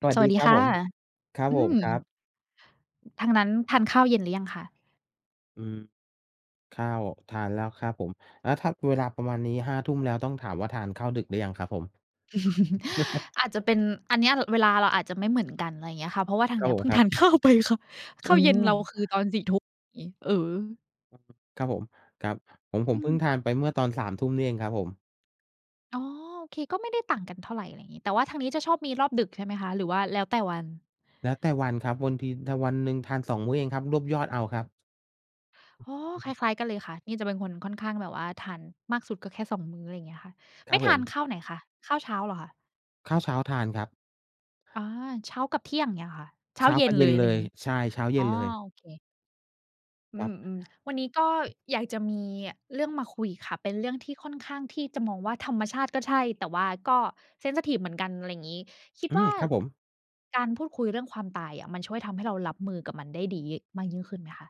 สวัสสวัดีสดีครับผค่ะ มครับอืผมมครับทางนั้นทานข้าวเย็นหรือยังคะ อืมข้าวทานแล้วครับผมแล้วถ้าเวลาประมาณนี้5ทุ่มแล้วต้องถามว่าทานข้าวดึกหรือยังครับผม อาจจะเป็นอันเนี้ยเวลาเราอาจจะไม่เหมือนกันอะไรอย่างเงี้ยค่ะเพราะว่าทาคงรับเนี้ผยมเพิ่งครัทานบข้าวไปค่ะ อืข้าวเย็นเราคือมตอนสี่ทุ่มอย่างงี้เออครับผมครับของผมอืมเพิ่งทานไปเมื่อตอน3ทุ่มนี่เองครับผมอ๋อโอเคก็ไม่ได้ต่างกันเท่าไรอะไรอย่างงี้แต่ว่าทางนี้จะชอบมีรอบดึกใช่ไหมคะ หรือว่าแล้วแต่วันแล้วแต่วันครับบางทีถ้าวันหนึ่งทาน2มื้อเองครับรวบยอดเอาครับอ๋อคล้ายๆกันเลยค่ะ นี่จะเป็นคนค่อนข้างแบบว่าทานมากสุดก็แค่สองมื้ออะไรอย่างเงี้ยค่ะครัไม่บผทานข้าวมไหนคะข้าวเช้าเหรอคะข้าวเช้าทานครับอาเช้ากับเที่ยงเงี้ยเหรอคะเช้าเช้าเย็กันบเลเย็นยอะเลไรอย่ายงงี้ใช่เช้าอ๋เย็อนเลยโอเค อืครับมๆวันนี้ก็อยากจะมีเรื่องมาคุยค่ะเป็นเรื่องที่ค่อนข้างที่จะมองว่าธรรมชาติก็ใช่แต่ว่าก็เซนซิทิฟเหมือนกันอะไรอย่างงี้คิดอืมว่าครับผม การพูดคุยเรื่องความตายอะมันช่วยทำให้เรารับมือกับมันได้ดีมากยิ่งขึ้นไหมคะ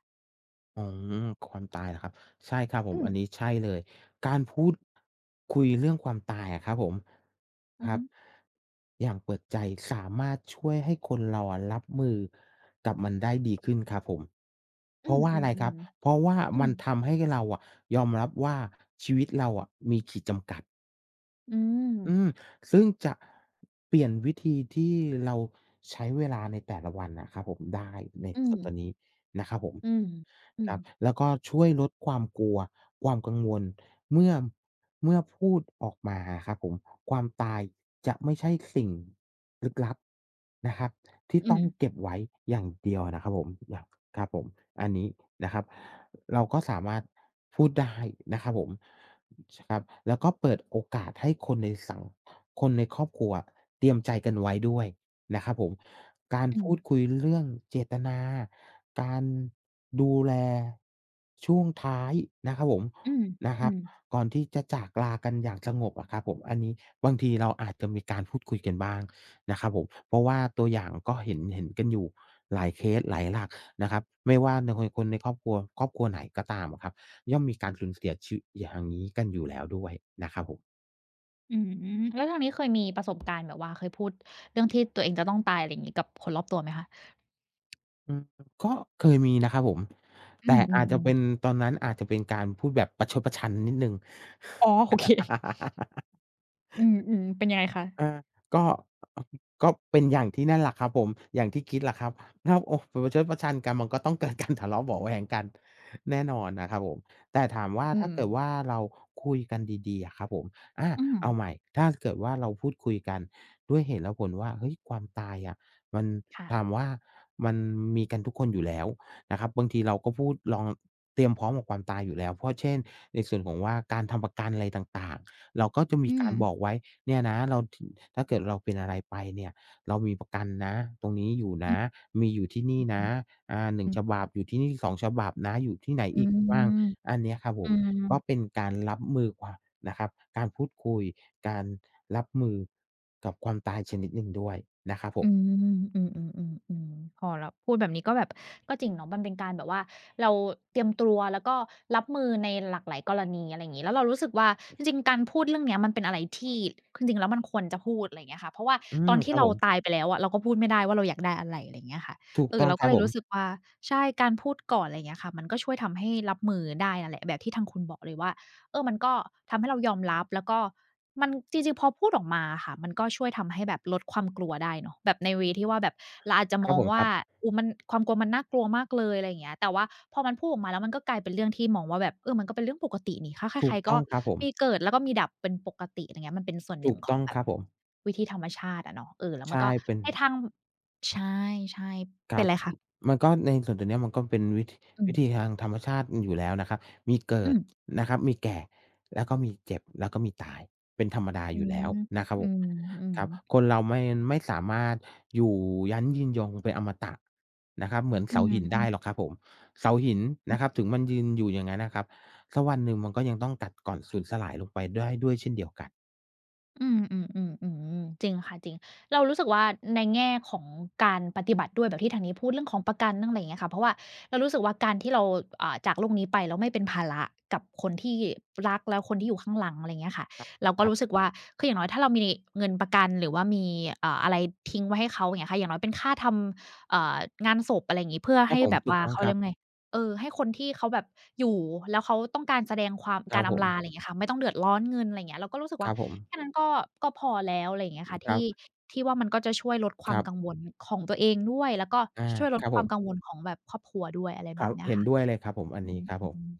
อืมความตายเหรอครับใช่ครับผมอือัมนนี้ใช่เลยการพูดคุยเรื่องความตายอะครับผมคอือรับฮึอย่างเปิดใจสามารถช่วยให้คนเราอะรับมือกับมันได้ดีขึ้นครับผมเพอืราะมว่าอือะไรครัมบเพราะว่าๆอืมัมนทำให้เราอะยอมรับว่าชีวิตเราอะมีขีดจำกัด อืมอืมซึ่งจะเปลี่ยนวิธีที่เราใช้เวลาในแต่ละวันนะครับผมได้ในอืส่วมนตัวนี้นะครับผมอืมอืคมรับแล้วก็ช่วยลดความกลัวความกังวลเมื่อเมื่อพูดออกมาอะครับผมความตายจะไม่ใช่สิ่งลึกลับนะครับที่อืต้อมงเก็บไว้อย่างเดียวนะครับผมอย่างครับผมอันนี้นะครับเราก็สามารถพูดได้นะครับผม ใช่ครับแล้วก็เปิดโอกาสให้คนในสังคนในครอบครัวอะเตรียมใจกันไว้ด้วยนะครับผมการอืมพูดคุยเรื่องเจตนาการดูแลช่วงท้ายนะครับผมอืมนะคอืรับก่อนที่จะจากลากันอย่างสงบอะครับผมอันนี้บางทีเราอาจจะมีการพูดคุยกันบ้างนะครับผมเพราะว่าตัวอย่างก็เห็นกันอยู่หลายเคสหลายหลักนะครับไม่ว่าในคนคนในครอบครัวครอบครัวไหนก็ตามอะครับ ย่อมมีการสูญเสียชีวิตอย่างนี้กันอยู่แล้วด้วยนะครับผมมอืมแล้วทางนี้เคยมีประสบการณ์แบบว่าเคยพูดเรื่องที่ตัวเองจะต้องตายอะไรอย่างงี้กับคนรอบตัวไหมคะอืมก็เคยมีนะครับผมอืแต่อาจจะมเป็ๆนๆ ตอนนั้นอาจจะเป็นการพูดแบบประชดประชันนิดหนึ่ง อ๋อโอเคอืมๆเป็นยังไงคะอาก็ ก็เป็นอย่างที่นั่นแหละครับผมอย่างที่คิดแหละครับถ้าโอ้ประชดประชันกันมันก็ต้องเกิดการทะเลาะเบาะแว้งกันแน่นอนนะครับผมแต่ถามว่าอืถ้ามเกิดว่าเราคุยกันดีๆอะครับผมอาอืมเอาใหม่ถ้าเกิดว่าเราพูดคุยกันด้วยเหตุและผลว่าเฮ้ยความตายอะมันถามค่ะว่ามันมีกันทุกคนอยู่แล้วนะครับบางทีเราก็พูดลองเตรียมพร้อมกับความตายอยู่แล้วเพราะเช่นในส่วนของว่าการทำประกันอะไรต่างๆเราก็จะมีอืกามรบอกไว้ เนี่ยนะเราถงถ้าเกิดเราเป็นอะไรไปเนี่ยเรามีประกันนะตรงนี้อยู่อือนะมีอยู่ที่นี่อือนะอ่าหนึ่อืงมฉบับอยู่ที่นี่2ฉบับนะอยู่ที่ไหนอือีกบ้างมอันเนี้ยครับผอืมก็เป็ม นการรับมือกว่านะครับการพูดคุยการรับมือกับความตายชนิดหนึ่งด้วยนะครับผอืมมอืมอืมอืมอืมพอเราพูดแบบนี้ก็แบบก็จริงเนาะมันเป็นการแบบว่าเราเตรียมตัวแล้วก็รับมือในหลากหลายกรณีอะไรอย่างงี้แล้วเรารู้สึกว่าจริงๆการพูดเรื่องเนี้ยมันเป็นอะไรที่จริงๆแล้วมันควรจะพูดอะไรอย่างเงี้ยค่ะเพราะว่าอืตมอนคที่รับเราผมตายไปแล้วอะเราก็พูดไม่ได้ว่าเราอยากได้อะไรอะไรอย่างเงี้ยค่ะถูกเออต้องเราคก็รับเลผยมรู้สึกว่าใช่การพูดก่อนอะไรอย่างเงี้ยค่ะมันก็ช่วยทำให้รับมือได้นั่นแหละแบบที่ทางคุณบอกเลยว่า เออมันก็ทำให้เรายอมรับแล้วก็มันจริงๆพอพูดออกมาอะค่ะมันก็ช่วยทำให้แบบลดความกลัวได้เนาะแบบในเวย์ที่ว่าแบบเราอาจจะคมรับอผงมคว่ารับอุ๊ยมันความกลัวมันน่ากลัวมากเลยอะไรอย่างเงี้ยแต่ว่าพอมันพูดออกมาแล้วมันก็กลายเป็นเรื่องที่มองว่าแบบเออมันก็เป็นเรื่องปกตินี่ถ้าถูใครกๆต้ก็องครับผมมีเกิดแล้วก็มีดับเป็นปกติอะไรเงี้ยมันเป็นส่วนหถูนึ่งกขอต้องงแบคบรับผมวิธีธรรมชาติอะเนาะเออแล้วมันใช่ก็เป็น ให้ทางใช่คๆเป็รันบไรคะมันก็ในส่วนตัวเนี้ยมันก็เป็นวิธีอืวิมธีทางธรรมชาติอยู่แล้วนะครับมีเกิอืดมนะครับมีแก่แล้วก็มีเจ็บแล้วก็มีตายเป็นธรรมดาออืยู่มแล้วนะครับผอืมมครับคนเราไม่สามารถอยู่ยั้งยืนยงเป็นอมตะนะครับเหมือนๆอืเสาหินได้มหรๆ อกครับผมเสาหินนะครับถึงมันยืนอยู่อย่างงั้นนะครับสักวันหนึ่งมันก็ยังต้องกัดก่อนสูญสลายลงไปได้ด้วยเช่นเดียวกันอืมอืมอืมอืมจริงค่ะจริงเรารู้สึกว่าในแง่ของการปฏิบัติด้วยแบบที่ทางนี้พูดเรื่องของประกันเรื่องอะไรอย่างเงี้ยค่ะเพราะว่าเรารู้สึกว่าการที่เราอ่าจากโลกนี้ไปแล้วไม่เป็นภาระกับคนที่รักแล้วคนที่อยู่ข้างหลังอะไรอย่างเงี้ยค่ะครับผมเราก็ครัรู้บสึกว่าคืออย่างน้อยถ้าเรามีเงินประกันหรือว่ามีอะไรทิ้งไว้ให้เขาอย่างเงี้ยค่ะอย่างน้อยเป็นค่าทำงานศพอะไรอย่างงี้เพื่อครับให้ผมแบบถูกว่าต้องเขาครัเรียกว่าไงบเออให้คนที่เขาแบบอยู่แล้วเขาต้องการแสดงความครักาบรผอำลาอะไรมอย่างเงี้ยค่ะไม่ต้องเดือดร้อนเงินอะไรอย่างเงี้ยเราก็รู้สึกคว่า รับผมแค่นั้นก็ก็พอแล้วอะไรอย่างเงี้ยค่ะครับที่ที่ว่ามันก็จะช่วยลดคความรักังบวลของตัวเองด้วยแล้วก็อาช่วยลคดรับคผวามม กังวลของแบบครอบครัวด้วยอะไรคแบรับบเนี้ยเห็นค่ะด้วยเลยครับผมอันอืนี้ครับผมม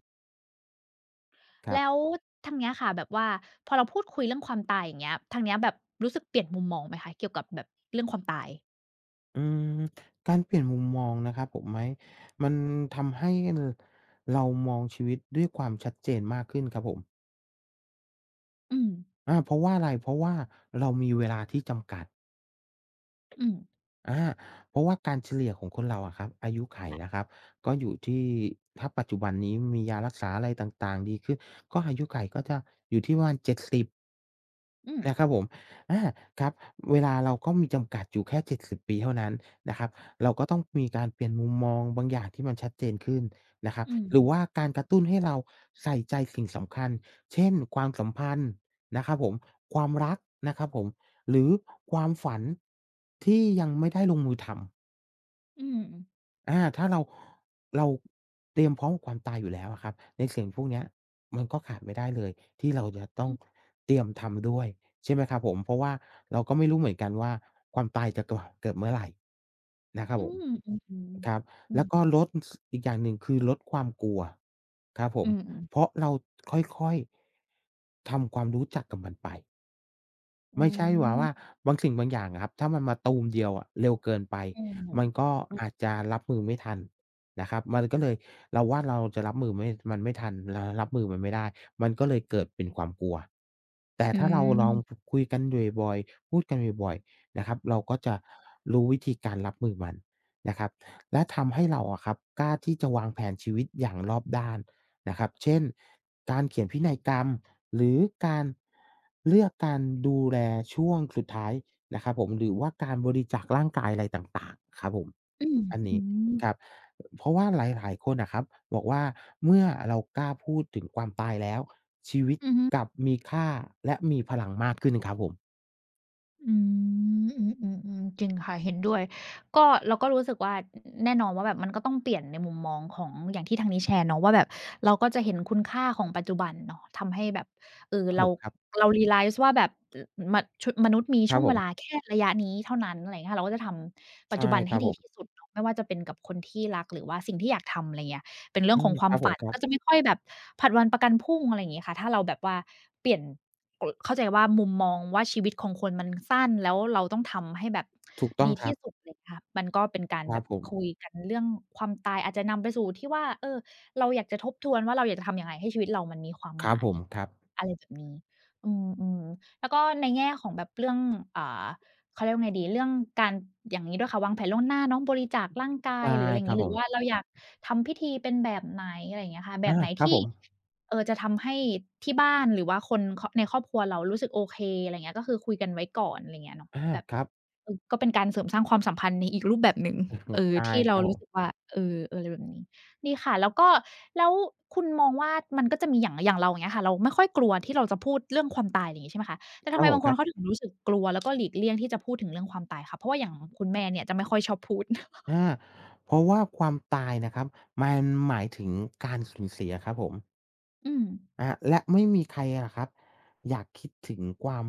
คๆรัแล้วบทางเนี้ยค่ะแบบว่าพอเราพูดคุยเรื่องความตายอย่างเงี้ยทางเนี้ยแบบรู้สึกเปลี่ยนมุมมองไหมคะเกี่ยวกับแบบเรื่องความตายอืมการเปลี่ยนมุมมองนะครับผมไหมมันทำให้ลเรามองชีวิตด้วยความชัดเจนมากขึ้นครับผมอืมอาเพราะว่าอะไรเพราะว่าเรามีเวลาที่จำกัดอืมอาเพราะว่าการเฉลี่ยของคนเราอะครับอายุไขนะครับก็อยู่ที่ถ้าปัจจุบันนี้มียารักษาอะไรต่างๆดีขึ้นก็อายุไขก็จะอยู่ที่ประมาณ70 อืมนะครับผมอาครับเวลาเราก็มีจำกัดอยู่แค่70ปีเท่านั้นนะครับเราก็ต้องมีการเปลี่ยนมุมมองบางอย่างที่มันชัดเจนขึ้นนะครับอืมหรือว่าการกระตุ้นให้เราใส่ใจสิ่งสำคัญ เช่นความสัมพันธ์นะครับผมความรักนะครับผมหรือความฝันที่ยังไม่ได้ลงมือทำ อืมถ้าเราเตรียมพร้อมกับความตายอยู่แล้วอะครับในสิ่งพวกเนี้ยมันก็ขาดไม่ได้เลยที่เราจะต้ออืงอเตรียมทำด้วยใช่ไหมครับผมเพราะว่าเราก็ไม่รู้เหมือนกันว่าความตายจะเกิดเมื่อไหร่นะครับอืผมมอือครับแล้วก็มลดอีกอย่างหนึ่งคือลดความกลัวครับผอืมมเพราะเราค่อยๆทำความรู้จักกับมันไป อืไม่ใช่ว่ามว่าๆบางสิ่งบางอย่างอะครับถ้ามันมาตูมเดียวอะเร็วเกินไปอืมอืมัมนก็อาจจะรับมือไม่ทันนะครับมันก็เลยเราว่าเราจะรับมือไม่มันไม่ทันเรารับมือมันไม่ได้มันก็เลยเกิดเป็นความกลัวแต่อืถ้าเราลองมคุยกันอยู่บ่อยๆพูดกันบ่อยๆนะครับเราก็จะรู้วิธีการรับมือมันนะครับและทำให้เราอะครับกล้าที่จะวางแผนชีวิตอย่างรอบด้าน นะครับเช่นการเขียนพินัยกรรมหรือการเลือกการดูแลช่วงสุดท้ายนะครับผมหรือว่าการบริจาคร่างกายอะไรต่างๆครับผมอืมอันอืนี้มครับเพราะว่าหลายๆคนอะครับบอกว่าเมื่อเรากล้าพูดถึงความตายแล้วชีวิตอือฮึ กลับมีค่าและมีพลังมากขึ้นครับผมอืมอืมๆๆจริงค่ะเห็นด้วยก็เราก็รู้สึกว่าแน่นอนว่าแบบมันก็ต้องเปลี่ยนในมุมมองของอย่างที่ทางนี้แชร์เนาะว่าแบบเราก็จะเห็นคุณค่าของปัจจุบันเนาะทำให้แบบครับผเรามครับเรา realize ว่าแบบอมะชุมนุษย์มีครัช่บวงผเวลามแค่ระยะนี้เท่านั้นอะไรอย่างเงี้ยค่ะเราก็จะทำปัจใช่จุบันคให้รับผดีมที่สุดเนาะไม่ว่าจะเป็นกับคนที่รักหรือว่าสิ่งที่อยากทำอะไรอย่างเงี้ย เป็นเรื่องของคความรับผมฝันครัก็จะบไม่ค่อยแบบผลัดวันประกันพรุ่งอะไรอย่างงี้ค่ะถ้าเราแบบว่าเปลี่ยนกเข้าใจว่ามุมมองว่าชีวิตของคนมันสั้นแล้วเราต้องทำให้แบบถูกต้องดีครัที่บสุดอะไรอย่างเงี้ยค่ะมันก็เป็นการครัแบบบผมคุยกันเรื่องความตายอาจจะนำไปสู่ที่ว่าเออเราอยากจะทบทวนว่าเราอยากจะทำยังไงให้ชีวิตเรามันมีความคหรับมาผยมครับอะไรแบบนี้อืมๆแล้วก็ในแง่ของแบบเรื่องอ่าเขาเรียกว่าไงดีเรื่องการอย่างงี้ด้วยค่ะวางแผนล่วงหน้าเนาะบริจาคร่างกายใช่หรืออะไรอย่าคงรับงี้ผหรือมว่าเราอยาก ทำพิธีเป็นแบบไหนอะไรอย่างเงี้ยค่ะแบบไหนครับที่ผมจะทำให้ที่บ้านหรือว่าคนในครอบครัวเรารู้สึกโอเคอะไรอย่างเงี้ยก็คือคุยกันไว้ก่อนอะไรอย่างเงี้ยเนาะอาแบบครับ เออก็เป็นการเสริมสร้างความสัมพันธ์ในอีกรูปแบบหนึ่งถูเอกอใช่ที่คเรารับผรู้สึกมว่าเอออะไรแบบนี้ดีค่ะแล้วก็แล้วคุณมองว่ามันก็จะมีอย่างเราอย่างเงี้ยค่ะเราไม่ค่อยกลัวที่เราจะพูดเรื่องความตายอะไรอย่างงี้ใช่ไหมคะแต่คทำรับไมผมบางคคนรัเขาถึบงรู้สึกกลัวแล้วก็หลีกเลี่ยงที่จะพูดถึงเรื่องความตายคะเพราะว่าอย่างคุณแม่เนี่ยจะไม่ค่อยชอบพูด อาเพราะว่าความตายนะครับมันหมายถึงการสูญเสียครับผมอืมและไม่มีใครอะครับอยากคิดถึงความ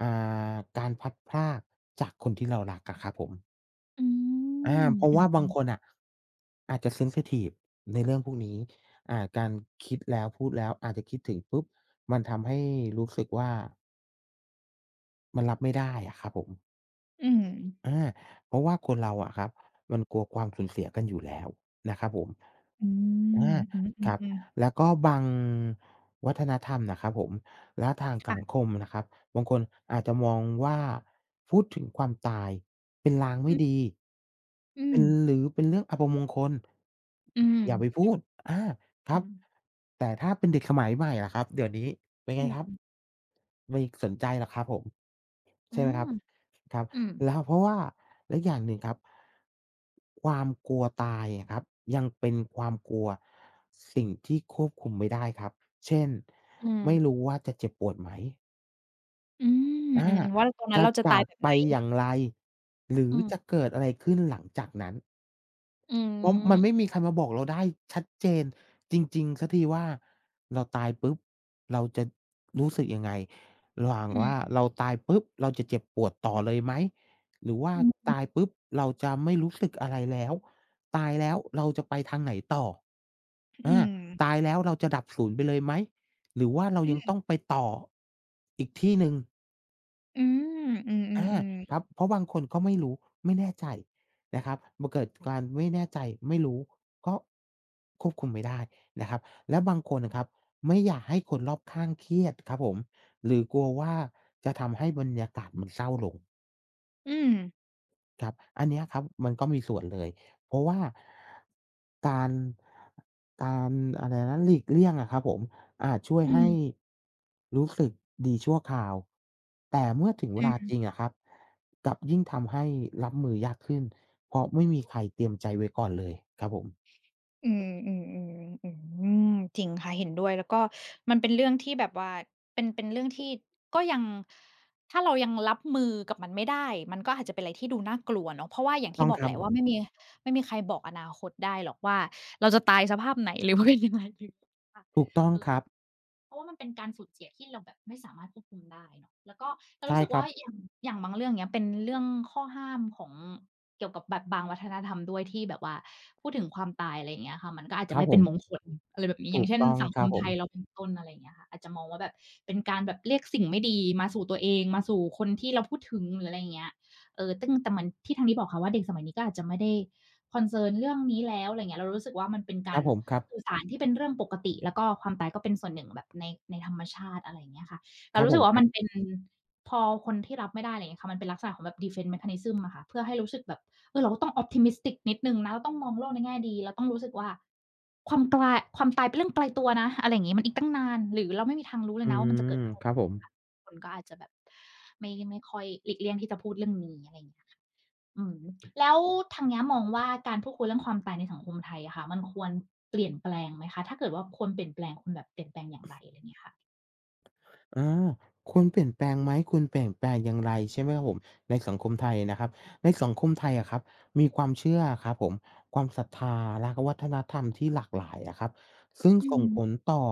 อ่การพลัดพรากจากคนที่เรารักอะครับผมอืมเพราะอืว่าบางคนอ น่ะอาจจะเซนซิทิฟในเรื่องพวกนี้การคิดแล้วพูดแล้วอาจจะคิดถึงปุ๊บมันทำให้รู้สึกว่ามันรับไม่ได้อะครับผม อืมอาเพราะว่าคนเราอะครับมันกลัวความสูญเสียกันอยู่แล้วนะครับผมอืมอาอืครับมๆๆแล้วก็บางวัฒนธรรมนะครับผมและทางสังคค่ะมนะครับบางคนอาจจะมองว่าพูดถึงความตายเป็นลางไม่อืมดีอืเป็มนหรือเป็นเรื่องอัปมงคลอืมอย่าไปพูดอาครัอืบมแต่ถ้าเป็นเด็กสมัยใหม่ล่ะครับเดี๋ยวนี้เป็นไงครับอไม่สนใจหรอกครับผมใช่ืไหมคมรับครับ อืมแล้วเพราะว่าแล้วอย่างหนึ่งครับความกลัวตายอะครับยังเป็นความกลัวสิ่งที่ควบคุมไม่ได้ครับเช่นอืมอืไม่มรู้ว่าจะเจ็บปวดไหมอืมอือามๆว่าตอนนั้นจะเราจะตาจายกแบบไปไหน อย่างไรหรืออืจะม เกิดอะไรขึ้นหลังจากนั้น อืเพราะมัมนไม่มีใครมาบอกเราได้ชัดเจนจริงๆสักทีว่าเราตายปุ๊บเราจะรู้สึกยังไงระหว่างอืว่ามเราตายปุ๊บเราจะเจ็บปวดต่อเลยไหมหรือว่าอืมตายอปุ๊บเราจะไม่รู้สึกอะไรแล้วตายแล้วเราจะไปทางไหนต่อือามตายแล้วเราจะดับศูนย์ไปเลยไหมหรือว่าเราอืยังต้มองไปต่ออีกที่หนึ่ง อืมอือามๆครับๆเพราะบางคนก็ไม่รู้ไม่แน่ใจนะครับมันเกิดการไม่แน่ใจไม่รู้ก็ควบคุมไม่ได้นะครับและบางคนน่ะครับไม่อยากให้คนรอบข้างเครียดครับผมหรือกลัวว่าจะทำให้บรรยากาศมันเศร้าลง อืมครับอันเนี้ยครับมันก็มีส่วนเลย เพราะว่าการการอะไรนะหลีกเลี่ยงอะครับผมอาจช่วยอืให้มรู้สึกดีชั่วคราว แต่เมื่อถึงเวอืลาจริงม อะครับกลับยิ่งทำให้รับมือยากขึ้นเพราะไม่มีใครเตรียมใจไว้ก่อนเลยครับผมอืมอืมอืมอืมจริงค่ะเห็นด้วยแล้วก็มันเป็นเรื่องที่แบบว่าเป็นเรื่องที่ก็ยังถ้าเรายังรับมือกับมันไม่ได้มันก็อาจจะเป็นอะไรที่ดูน่ากลัวเนาะเพราะว่าอย่างต้ที่องบอคกรัแหบละผมว่าไม่มีใครบอกอนาคตได้หรอกว่าเราจะตายสภาพไหนหรือว่าเป็นยังไง ถูกต้องเอคอรับเพราะว่ามันเป็นการสูญเสียที่เราแบบไม่สามารถควบคุมได้เนาะแล้วก็เราใช่รู้สึกครัว่าบอย่างอย่างบางเรื่องเงี้ยเป็นเรื่องข้อห้ามของเกี่ยวกับแบบบางวัฒนธรรมด้วยที่แบบว่าพูดถึงความตายอะไรอย่างเงี้ยค่ะมันก็อาจคจะรับไม่ผเป็นมงมคลอะไรแบบนี้อถูย่างกเช่นต้องสังคครัมบผไทมยเราเป็นต้นอะไรอย่างเงี้ยค่ะอาจจะมองว่าแบบเป็นการแบบเรียกสิ่งไม่ดีมาสู่ตัวเองมาสู่คนที่เราพูดถึงหรืออะไรอย่างเงี้ยเออตึ่งแต่เหมือนที่ทางนี้บอกค่ะว่าเด็กสมัยนี้ก็อาจจะไม่ได้ concern เรื่องนี้แล้วอะไรเงี้ยเรารู้สึกว่ามันเป็นคการับรผมครับสื่อสารที่เป็นเรื่องปกติแล้วก็ความตายก็เป็นส่วนหนึ่งแบบในธรรมชาติอะไรอย่างเงี้ยค่ะคเรารับรู้ผสึมกคว่ารัมันเป็บนพอคนที่รับไม่ได้อะไรอย่างเงี้ยค่ะมันเป็นลักษณะของแบบ defense mechanism อะค่ะเพื่อให้รู้สึกแบบเออเราก็ต้อง optimistic นิดหนึ่งนะเราต้องมองโลกในแง่ดีเราต้องรู้สึกว่าความตายเป็นเรื่องไกลตัวนะอะไรอย่างงี้มันอีกตั้งนานหรือเราไม่มีทางรู้เลอืยนะว่ามันจะมเกิดขึ้คนรับผม ค่ะคนก็อาจจะแบบไม่ค่อยหลีกเลี่ยงที่จะพูดเรื่องนี้อะไรอย่างเงี้ยค่ะ อืมแล้วทางเนี้ยมองว่าการพูดคุยเรื่องความตายในสังคมไทยอะค่ะมันควรเปลี่ยนแปลงไหมคะถ้าเกิดว่าควรเปลี่ยนแปลงควรแบบเปลี่ยนแปลงอย่างไรอะไรเงี้ยค่ะอาควรเปลี่ยนแปลงไหมควรเปลี่ยนแปลงอย่างไรใช่ไหมครับผมในสังคมไทยนะครับในสังคมไทยอะครับมีความเชื่ออะครับผมความศรัทธาและก็วัฒนธรรมที่หลากหลายอะครับซึ่งส่งผลต่อ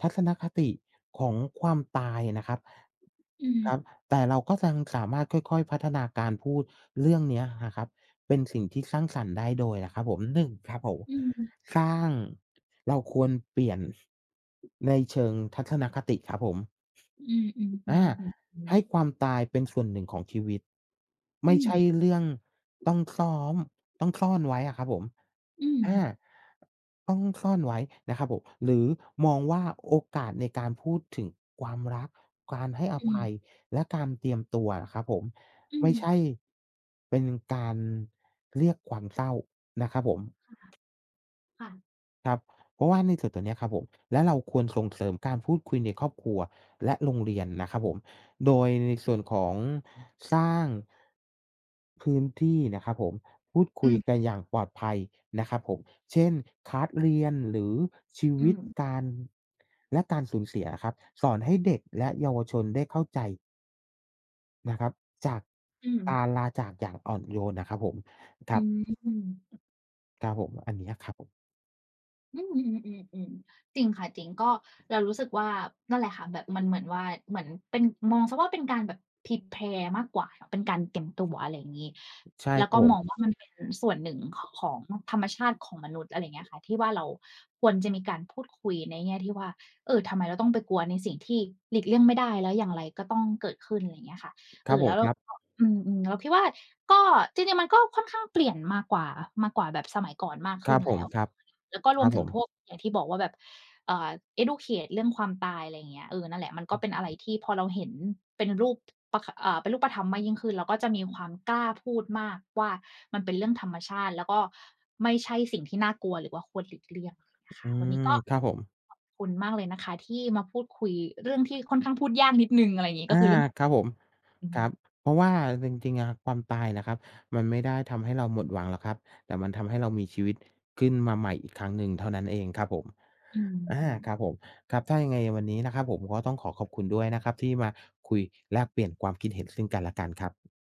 ทัศนคติของความตายนะครับอืมครับแต่เราก็ยังสามารถค่อยๆพัฒนาการพูดเรื่องเนี้ยอะครับเป็นสิ่งที่สร้างสรรค์ได้โดยนะครับผมหนึ่งครับผมอืมสร้างเราควรเปลี่ยนในเชิงทัศนคติครับผม อืมอืมอือามอืให้มความตายเป็นส่วนหนึ่งของชีวิตไม่อืมใช่เรื่องต้องซ้อมต้องซ่อนไว้อะครับผมอืมอาต้องซ่อนไว้นะครับผมหรือมองว่าโอกาสในการพูดถึงความรักการให้ออืมอืมภัยและการเตรียมตัวอะครับผมไม่ใช่เป็นการเรียกความเศร้านะครับผม ค่ะค่ะครับเพราะว่าในส่วนตัวเนี้ยครับผมและเราควรส่งเสริมการพูดคุยในครอบครัวและโรงเรียนนะครับผมโดยในส่วนของสร้างพื้นที่นะครับผมพูดอืคุยกันมอย่างปลอดภัยนะครับผมเช่นคลาสเรียนหรือชีอืวิตมการและการสูญเสียอะครับสอนให้เด็กและเยาวชนได้เข้าใจนะครับจากอืมการลาจากอย่างอ่อนโยนนะครับผมครัอืบม ครับผมอันเนี้ยครับผมอืมอืมๆๆๆจริงค่ะจริงก็เรารู้สึกว่านั่นแหละค่ะแบบมันเหมือนว่าเหมือนเป็นมองเสียว่าเป็นการแบบ prepare มากกว่าเป็นการเตรียมตัวอะไรอย่างงี้ใช่แล้วครัก็บผมมองว่ามันเป็นส่วนหนึ่งของธรรมชาติของมนุษย์อะไรอย่างเงี้ยค่ะที่ว่าเราควรจะมีการพูดคุยในแง่ที่ว่าเออทำไมเราต้องไปกลัวในสิ่งที่หลีกเลี่ยงไม่ได้แล้วอย่างไรก็ต้องเกิดขึ้นอะไรอย่างเงี้ยค่ะคเอรัอบผแล้มวคเรารัก็บ อืมๆเราคิดว่าก็จริงๆมันก็ค่อนข้างเปลี่ยนมากว่ามากกว่าแบบสมัยก่อนมากคขึ้รับนผแล้มว ครับแล้วก็ครรัวมบผถึงมพวกอย่างที่บอกว่าแบบเอ่อ educate เรื่องความตายอะไรอย่างเงี้ยเออนั่นแหละมันก็เป็นอะไรที่พอเราเห็นเป็นรูปเป็นรูปธรรมมากยิ่งขึ้นเราก็จะมีความกล้าพูดมากว่ามันเป็นเรื่องธรรมชาติแล้วก็ไม่ใช่สิ่งที่น่ากลัวหรือว่าควรหลีกเลี่ยงอะไรอย่างเงี้ยอืค่ะวันมนี้ก็ครับผมขอบคุณมากเลยนะคะที่มาพูดคุยเรื่องที่ค่อนข้างพูดยากนิดหนึ่งอะไรอย่างงี้อาก็คือเรื่องของครับผมอืคมรับเพราะว่าจริงๆอะความตายนะครับมันไม่ได้ทำให้เราหมดหวังหรอกครับแต่มันทำให้เรามีชีวิตขึ้นมาใหม่อีกครั้งหนึ่งเท่านั้นเองครับผมอืมครับๆผมครับถ้ายังไงวันนี้นะครับผมก็ต้องขอขอบคุณด้วยนะครับที่มาคุยแลกเปลี่ยนความคิดเห็นซึ่งกันและกันครับ